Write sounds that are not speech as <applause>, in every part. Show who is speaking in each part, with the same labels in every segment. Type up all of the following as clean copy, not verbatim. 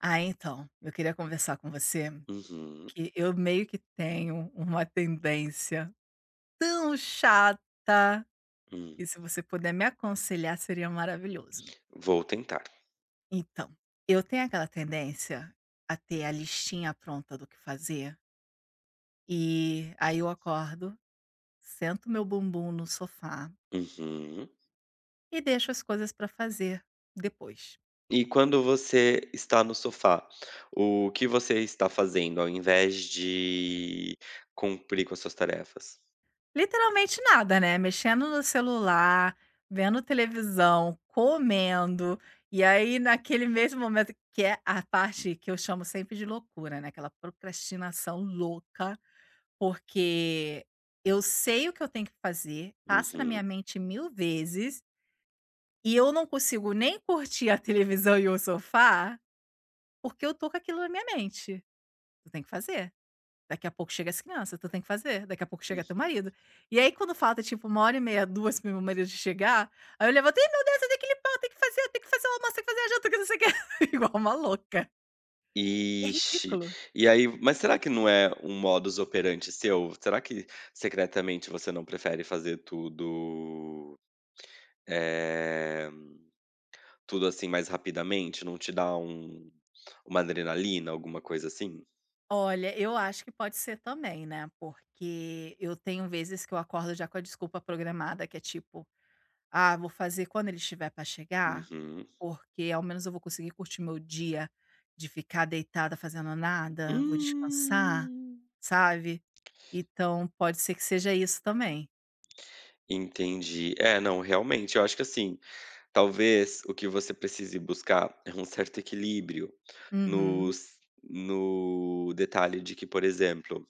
Speaker 1: Ah, então, eu queria conversar com você,
Speaker 2: Uhum.
Speaker 1: porque eu meio que tenho uma tendência tão chata, e
Speaker 2: Hum.
Speaker 1: se você puder me aconselhar seria maravilhoso.
Speaker 2: Vou tentar.
Speaker 1: Então, eu tenho aquela tendência a ter a listinha pronta do que fazer, e aí eu acordo, sento meu bumbum no sofá
Speaker 2: Uhum.
Speaker 1: e deixo as coisas para fazer depois.
Speaker 2: E quando você está no sofá, o que você está fazendo ao invés de cumprir com as suas tarefas?
Speaker 1: Literalmente nada, né, mexendo no celular, vendo televisão, comendo, e aí naquele mesmo momento que é a parte que eu chamo sempre de loucura, né, aquela procrastinação louca, porque eu sei o que eu tenho que fazer, passa na
Speaker 2: Uhum.
Speaker 1: minha mente mil vezes, e eu não consigo nem curtir a televisão e o sofá, porque eu tô com aquilo na minha mente, eu tenho que fazer. Daqui a pouco chega as crianças, tu tem que fazer, daqui a pouco chega teu
Speaker 2: Uhum.
Speaker 1: marido. E aí quando falta tipo uma hora e meia duas para o meu marido chegar, aí eu levanto: "Ih, meu Deus, eu tenho que limpar, eu tenho que fazer, eu tenho que fazer o almoço, eu tenho que fazer a janta, que não sei o quê", <laughs> igual uma louca. É
Speaker 2: Ixi.
Speaker 1: ridículo.
Speaker 2: E aí, mas será que não é um modus operandi seu? Será que secretamente você não prefere fazer tudo, eh, tudo assim mais rapidamente? Não te dá uma adrenalina, alguma coisa assim?
Speaker 1: Olha, eu acho que pode ser também, né, porque eu tenho vezes que eu acordo já com a desculpa programada que é tipo Ah, vou fazer quando ele estiver para chegar,
Speaker 2: Uhum.
Speaker 1: porque ao menos eu vou conseguir curtir meu dia de ficar deitada fazendo nada, vou descansar,
Speaker 2: Hum,
Speaker 1: sabe. Então pode ser que seja isso também.
Speaker 2: entendi. É, não, realmente, eu acho que assim, talvez o que você precise buscar é um certo equilíbrio no
Speaker 1: Uhum.
Speaker 2: no detalhe de que, por exemplo,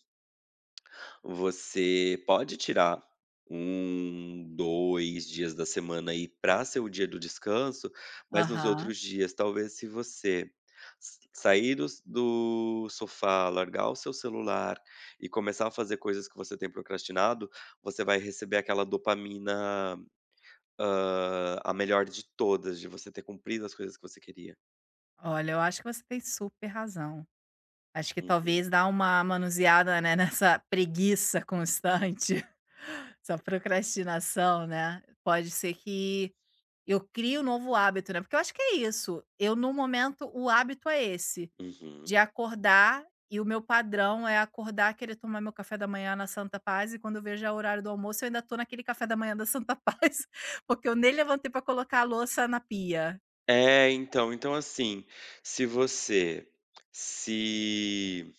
Speaker 2: você pode tirar um, 2 dias da semana aí para ser o dia do descanso, mas nos
Speaker 1: Aham.
Speaker 2: outros dias, talvez, se você s sair dos do sofá, largar o seu celular e começar a fazer coisas que você tem procrastinado, você vai receber aquela dopamina, a melhor de todas, de você ter cumprido as coisas que você queria.
Speaker 1: Olha, eu acho que você tem super razão. Acho que
Speaker 2: Uhum.
Speaker 1: talvez dar uma manuseada, né, <laughs> nessa preguiça constante, <laughs> essa procrastinação, né, pode ser que eu crie um novo hábito, né, porque eu acho que é isso, eu no momento o hábito é esse.
Speaker 2: Uhum.
Speaker 1: De acordar e o meu padrão é acordar, querer tomar meu café da manhã na Santa Paz e quando eu vejo já o horário do almoço, eu ainda estou naquele café da manhã da Santa Paz, <laughs> porque eu nem levantei para colocar a louça na pia.
Speaker 2: É, então, assim, se você se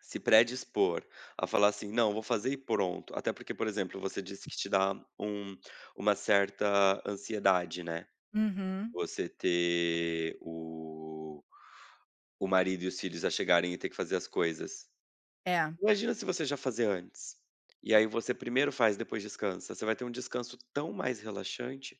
Speaker 2: se predispor a falar assim: "Não, vou fazer e pronto". Até porque, por exemplo, você disse que te dá um uma certa ansiedade, né,
Speaker 1: Uhum.
Speaker 2: você ter o marido e os filhos a chegarem e ter que fazer as coisas.
Speaker 1: É.
Speaker 2: Imagina se você já fazer antes. E aí você primeiro faz, depois descansa. Você vai ter um descanso tão mais relaxante.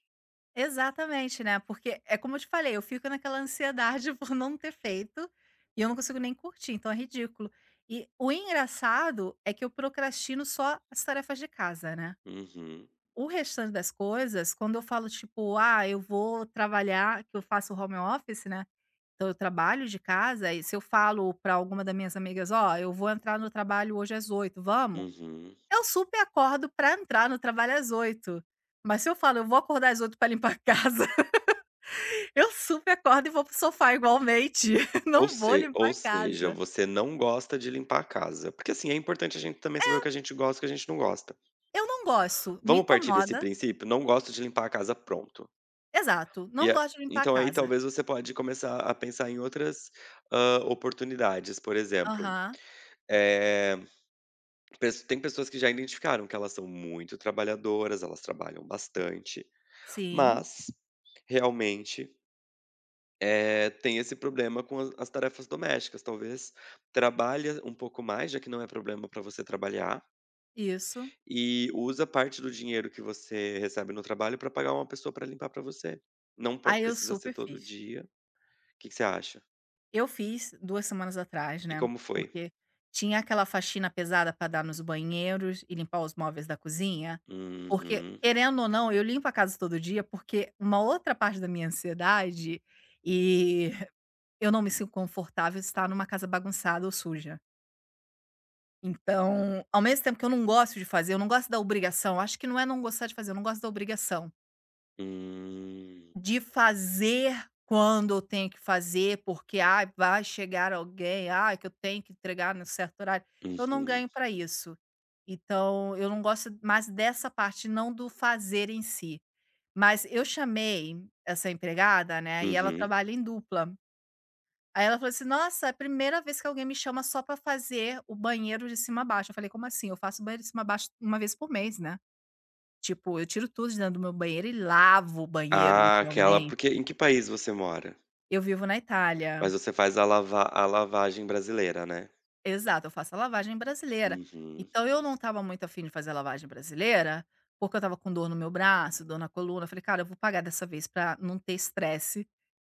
Speaker 1: Exatamente, né, porque é como eu te falei, eu fico naquela ansiedade <laughs> por não ter feito, e eu não consigo nem curtir, então é ridículo. E o engraçado é que eu procrastino só as tarefas de casa, né.
Speaker 2: Uhum.
Speaker 1: O restante das coisas, quando eu falo, tipo: "Ah, eu vou trabalhar", que eu faço home office, né, então eu trabalho de casa e se eu falo pra alguma das minhas amigas: "Ó, eu vou entrar no trabalho hoje às 8, vamos?",
Speaker 2: Uhum.
Speaker 1: eu super acordo pra entrar no trabalho às 8. Mas se eu falo: "Eu vou acordar às 8h pra limpar a casa", <laughs> eu super acordo e vou pro sofá igualmente, <laughs>
Speaker 2: Ou
Speaker 1: não vou
Speaker 2: se
Speaker 1: limpar
Speaker 2: ou
Speaker 1: a
Speaker 2: seja,
Speaker 1: casa.
Speaker 2: você não gosta de limpar a casa. Porque, assim, é importante a gente também saber o que a gente gosta e o que a gente não gosta.
Speaker 1: Eu não gosto, me
Speaker 2: Vamos partir desse
Speaker 1: incomoda
Speaker 2: princípio? Não gosto de limpar a casa, pronto.
Speaker 1: exato,
Speaker 2: E
Speaker 1: não
Speaker 2: a
Speaker 1: gosto de limpar a
Speaker 2: Então aí
Speaker 1: casa.
Speaker 2: talvez você pode começar a pensar em outras, oportunidades, por exemplo,
Speaker 1: Aham,
Speaker 2: eh, pes tem pessoas que já identificaram que elas são muito trabalhadoras, elas trabalham bastante,
Speaker 1: sim,
Speaker 2: mas realmente, tem esse problema com as tarefas domésticas. Talvez trabalhe um pouco mais, já que não é problema para você trabalhar,
Speaker 1: isso.
Speaker 2: e usa parte do dinheiro que você recebe no trabalho para pagar uma pessoa para limpar para você. Não po
Speaker 1: Aí eu
Speaker 2: precisa ser
Speaker 1: super
Speaker 2: todo
Speaker 1: fiz.
Speaker 2: dia. O que que você acha?
Speaker 1: Eu fiz 2 semanas atrás,
Speaker 2: E
Speaker 1: né,
Speaker 2: como foi?
Speaker 1: porque tinha aquela faxina pesada para dar nos banheiros e limpar os móveis da cozinha, porque
Speaker 2: Uhum.
Speaker 1: querendo ou não, eu limpo a casa todo dia, porque uma outra parte da minha ansiedade, e <laughs> eu não me sinto confortável estar numa casa bagunçada ou suja. Então, ao mesmo tempo que eu não gosto de fazer, eu não gosto da obrigação, acho que não é não gostar de fazer, eu não gosto da obrigação.
Speaker 2: Hum.
Speaker 1: De fazer quando eu tenho que fazer, porque, ai, vai chegar alguém, ai, que eu tenho que entregar no certo horário, eu não
Speaker 2: Uhum.
Speaker 1: ganho para isso. Então, eu não gosto mais dessa parte, não do fazer em si. Mas eu chamei essa empregada, né, e ela
Speaker 2: Uhum.
Speaker 1: trabalha em dupla. Aí ela falou assim: "Nossa, é a primeira vez que alguém me chama só para fazer o banheiro de cima a baixo". Eu falei: "Como assim? Eu faço banheiro de cima a baixo uma vez por mês, né". Tipo, eu tiro tudo de dentro do meu banheiro e lavo o banheiro,
Speaker 2: Ah, aquela,
Speaker 1: literalmente.
Speaker 2: porque em que país você mora?
Speaker 1: Eu vivo na Itália.
Speaker 2: Mas você faz a lava a lavagem brasileira, né?
Speaker 1: Exato, eu faço a lavagem brasileira.
Speaker 2: Uhum.
Speaker 1: Então eu não estava muito afim de fazer a lavagem brasileira, porque eu estava com dor no meu braço, dor na coluna, eu falei: "Cara, eu vou pagar dessa vez para não ter estresse,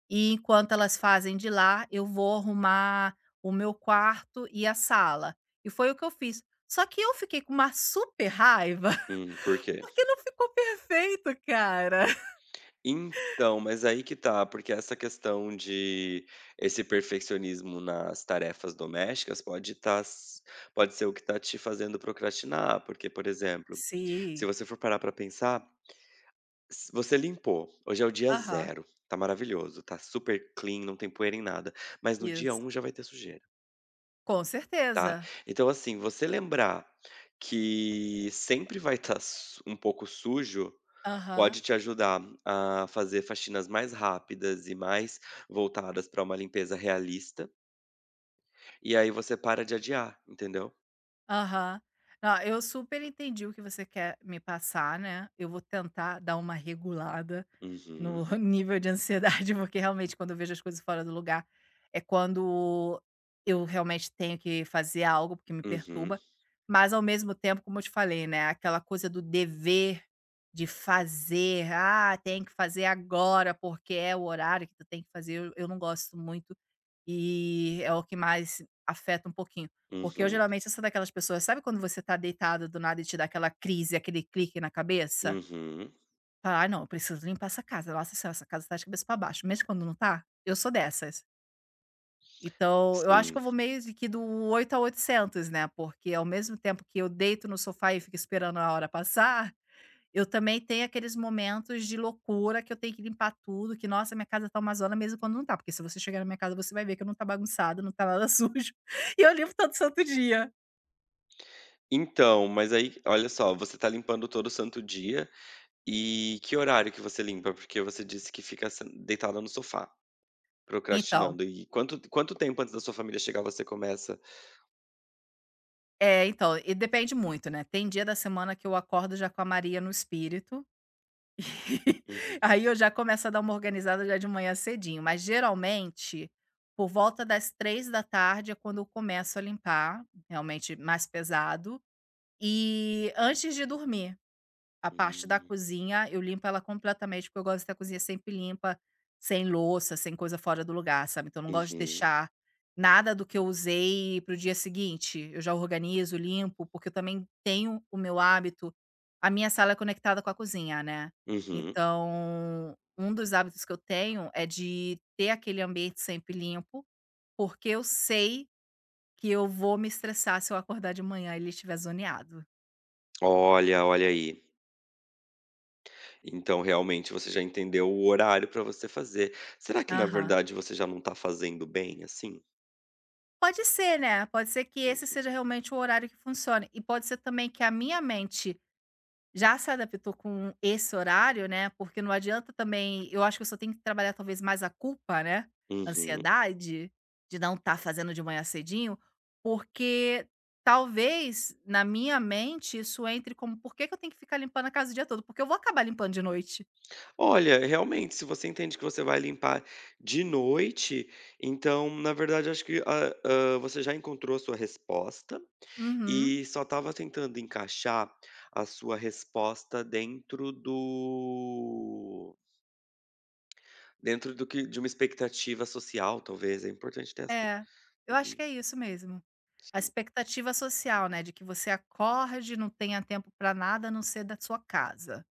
Speaker 1: e enquanto elas fazem de lá, eu vou arrumar o meu quarto e a sala". E foi o que eu fiz. Só que eu fiquei com uma super raiva,
Speaker 2: Por
Speaker 1: <laughs>
Speaker 2: quê?
Speaker 1: porque não ficou perfeito, cara.
Speaker 2: Então, mas aí que tá, porque essa questão de esse perfeccionismo nas tarefas domésticas pode tá s pode ser o que tá te fazendo procrastinar, porque, por exemplo, se
Speaker 1: Sim.
Speaker 2: você for parar pra pensar, s você limpou, hoje é o dia
Speaker 1: Aham.
Speaker 2: zero, tá maravilhoso, tá super clean, não tem poeira em nada, mas no dia
Speaker 1: Isso.
Speaker 2: um já vai ter sujeira,
Speaker 1: Com
Speaker 2: tá.
Speaker 1: certeza.
Speaker 2: Então, assim, você lembrar que sempre vai estar um pouco sujo,
Speaker 1: Aham.
Speaker 2: pode te ajudar a fazer faxinas mais rápidas e mais voltadas para uma limpeza realista, e aí você para de adiar, entendeu?
Speaker 1: Aham. Não, eu super entendi o que você quer me passar, né. Eu vou tentar dar uma regulada
Speaker 2: Uhum.
Speaker 1: no <laughs> nível de ansiedade, porque realmente quando eu vejo as coisas fora do lugar, é quando eu realmente tenho que fazer algo, porque me
Speaker 2: Uhum.
Speaker 1: perturba. Mas ao mesmo tempo, como eu te falei, né, aquela coisa do dever de fazer, "Ah, tem que fazer agora, porque é o horário que tu tem que fazer", eu não gosto muito e é o que mais afeta um pouquinho. Porque eu
Speaker 2: Uhum.
Speaker 1: geralmente eu sou daquelas pessoas, sabe quando você tá deitado do nada e te dá aquela crise, aquele clique na cabeça?
Speaker 2: Uhum.
Speaker 1: Fala, "Ai não, eu preciso limpar essa casa. Nossa senhora, essa casa tá de cabeça pra baixo", mesmo quando não tá, eu sou dessas. Então, eu acho que
Speaker 2: Sim.
Speaker 1: eu vou meio de que do 8 a 800 né, porque ao mesmo tempo que eu deito no sofá e fico esperando a hora passar, eu também tenho aqueles momentos de loucura que eu tenho que limpar tudo, que nossa, minha casa tá uma zona mesmo quando não tá, porque se você chegar na minha casa você vai ver que não tá bagunçado, não tá nada <laughs> sujo, e eu limpo todo santo dia.
Speaker 2: Então, mas aí, olha só, você tá limpando todo santo dia, e que horário que você limpa? Porque você disse que fica sen deitada no sofá,
Speaker 1: Então,
Speaker 2: procrastinando. E quanto tempo antes da sua família chegar você começa?
Speaker 1: é então, e depende muito, né, tem dia da semana que eu acordo já com a Maria no espírito, <laughs>
Speaker 2: Uhum.
Speaker 1: aí eu já começo a dar uma organizada já de manhã cedinho, mas geralmente, por volta das 3 da tarde é quando eu começo a limpar, realmente mais pesado, e antes de dormir. A parte da
Speaker 2: Hum.
Speaker 1: cozinha, eu limpo ela completamente, porque eu gosto de ter a cozinha sempre limpa, sem louça, sem coisa fora do lugar, sabe. Então eu não gosto de
Speaker 2: Uhum.
Speaker 1: deixar nada do que eu usei para o dia seguinte. Eu já organizo, limpo, porque eu também tenho o meu hábito a minha sala é conectada com a cozinha, né.
Speaker 2: Uhum.
Speaker 1: Então, um dos hábitos que eu tenho é de ter aquele ambiente sempre limpo, porque eu sei que eu vou me estressar se eu acordar de manhã e ele estiver zoneado.
Speaker 2: Olha, olha aí. Então, realmente, você já entendeu o horário para você fazer. Será que, na
Speaker 1: Aham.
Speaker 2: verdade, você já não tá fazendo bem, assim?
Speaker 1: Pode ser, né, pode ser que esse
Speaker 2: Uhum.
Speaker 1: seja realmente o horário que funcione e pode ser também que a minha mente já se adaptou com esse horário, né, porque não adianta também eu acho que eu só tenho que trabalhar talvez mais a culpa, né,
Speaker 2: Uhum.
Speaker 1: ansiedade de não estar fazendo de manhã cedinho, porque talvez na minha mente isso entre como: "Por que que eu tenho que ficar limpando a casa o dia todo?", porque eu vou acabar limpando de noite.
Speaker 2: Olha, realmente, se você entende que você vai limpar de noite, então, na verdade, acho que você já encontrou a sua resposta
Speaker 1: Uhum,
Speaker 2: e só estava tentando encaixar a sua resposta dentro do que de uma expectativa social, talvez. É importante ter essa.
Speaker 1: é, eu acho
Speaker 2: Uhum.
Speaker 1: que é isso mesmo. A
Speaker 2: Sim.
Speaker 1: expectativa social, né, de que você acorde, não tenha tempo para nada a não ser da sua casa.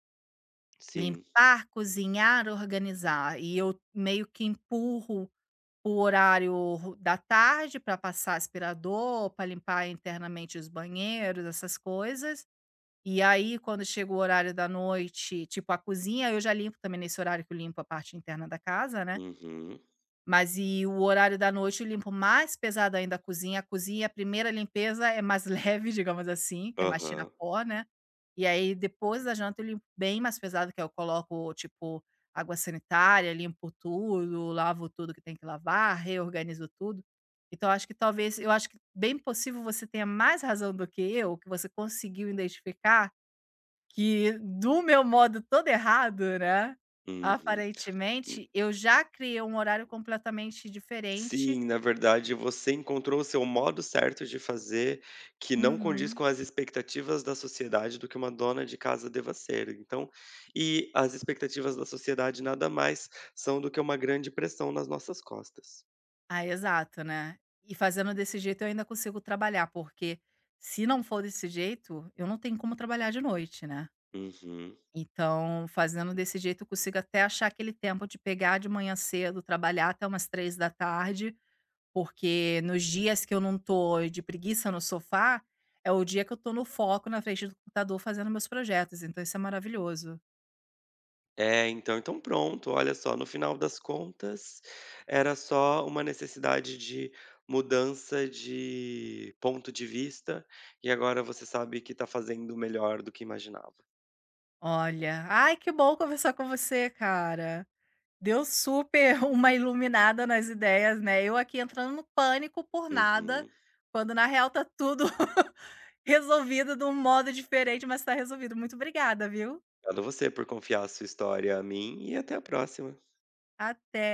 Speaker 2: Sim.
Speaker 1: Limpar, cozinhar, organizar. E eu meio que empurro o horário da tarde para passar aspirador, para limpar internamente os banheiros, essas coisas. E aí, quando chega o horário da noite, tipo a cozinha, eu já limpo também nesse horário que eu limpo a parte interna da casa, né?
Speaker 2: Uhum.
Speaker 1: Mas e o horário da noite eu limpo mais pesado ainda a cozinha. A cozinha, a primeira limpeza é mais <laughs> leve, digamos assim, que é mais tirar
Speaker 2: Aham.
Speaker 1: pó, né. E aí depois da janta eu limpo bem mais pesado, que é eu coloco, tipo, água sanitária, limpo tudo, lavo tudo que tem que lavar, reorganizo tudo. Então acho que talvez eu acho que bem possível você tenha mais razão do que eu, que você conseguiu identificar que do meu modo todo errado, né,
Speaker 2: Uhum.
Speaker 1: aparentemente, eu já criei um horário completamente diferente
Speaker 2: Sim, na verdade você encontrou o seu modo certo de fazer, que não condiz
Speaker 1: Uhum.
Speaker 2: com as expectativas da sociedade do que uma dona de casa deva ser, então, e as expectativas da sociedade nada mais são do que uma grande pressão nas nossas costas.
Speaker 1: Ah, exato, né. E fazendo desse jeito eu ainda consigo trabalhar, porque se não for desse jeito, eu não tenho como trabalhar de noite, né.
Speaker 2: Uhum.
Speaker 1: Então, fazendo desse jeito eu consigo até achar aquele tempo de pegar de manhã cedo, trabalhar até umas 3 da tarde. Porque nos dias que eu não tô de preguiça no sofá, é o dia que eu tô no foco na frente do computador fazendo meus projetos, então isso é maravilhoso.
Speaker 2: É, então pronto, olha só, no final das contas, era só uma necessidade de mudança de ponto de vista, e agora você sabe que está fazendo melhor do que imaginava.
Speaker 1: Olha, ai que bom conversar com você, cara. Deu super <laughs> uma iluminada nas ideias, né, eu aqui entrando no pânico por nada,
Speaker 2: Uhum.
Speaker 1: quando na real tá tudo <laughs> resolvido de um modo diferente, mas tá resolvido. Muito obrigada, viu.
Speaker 2: Obrigado a você por confiar a sua história a mim, e até a próxima.
Speaker 1: Até.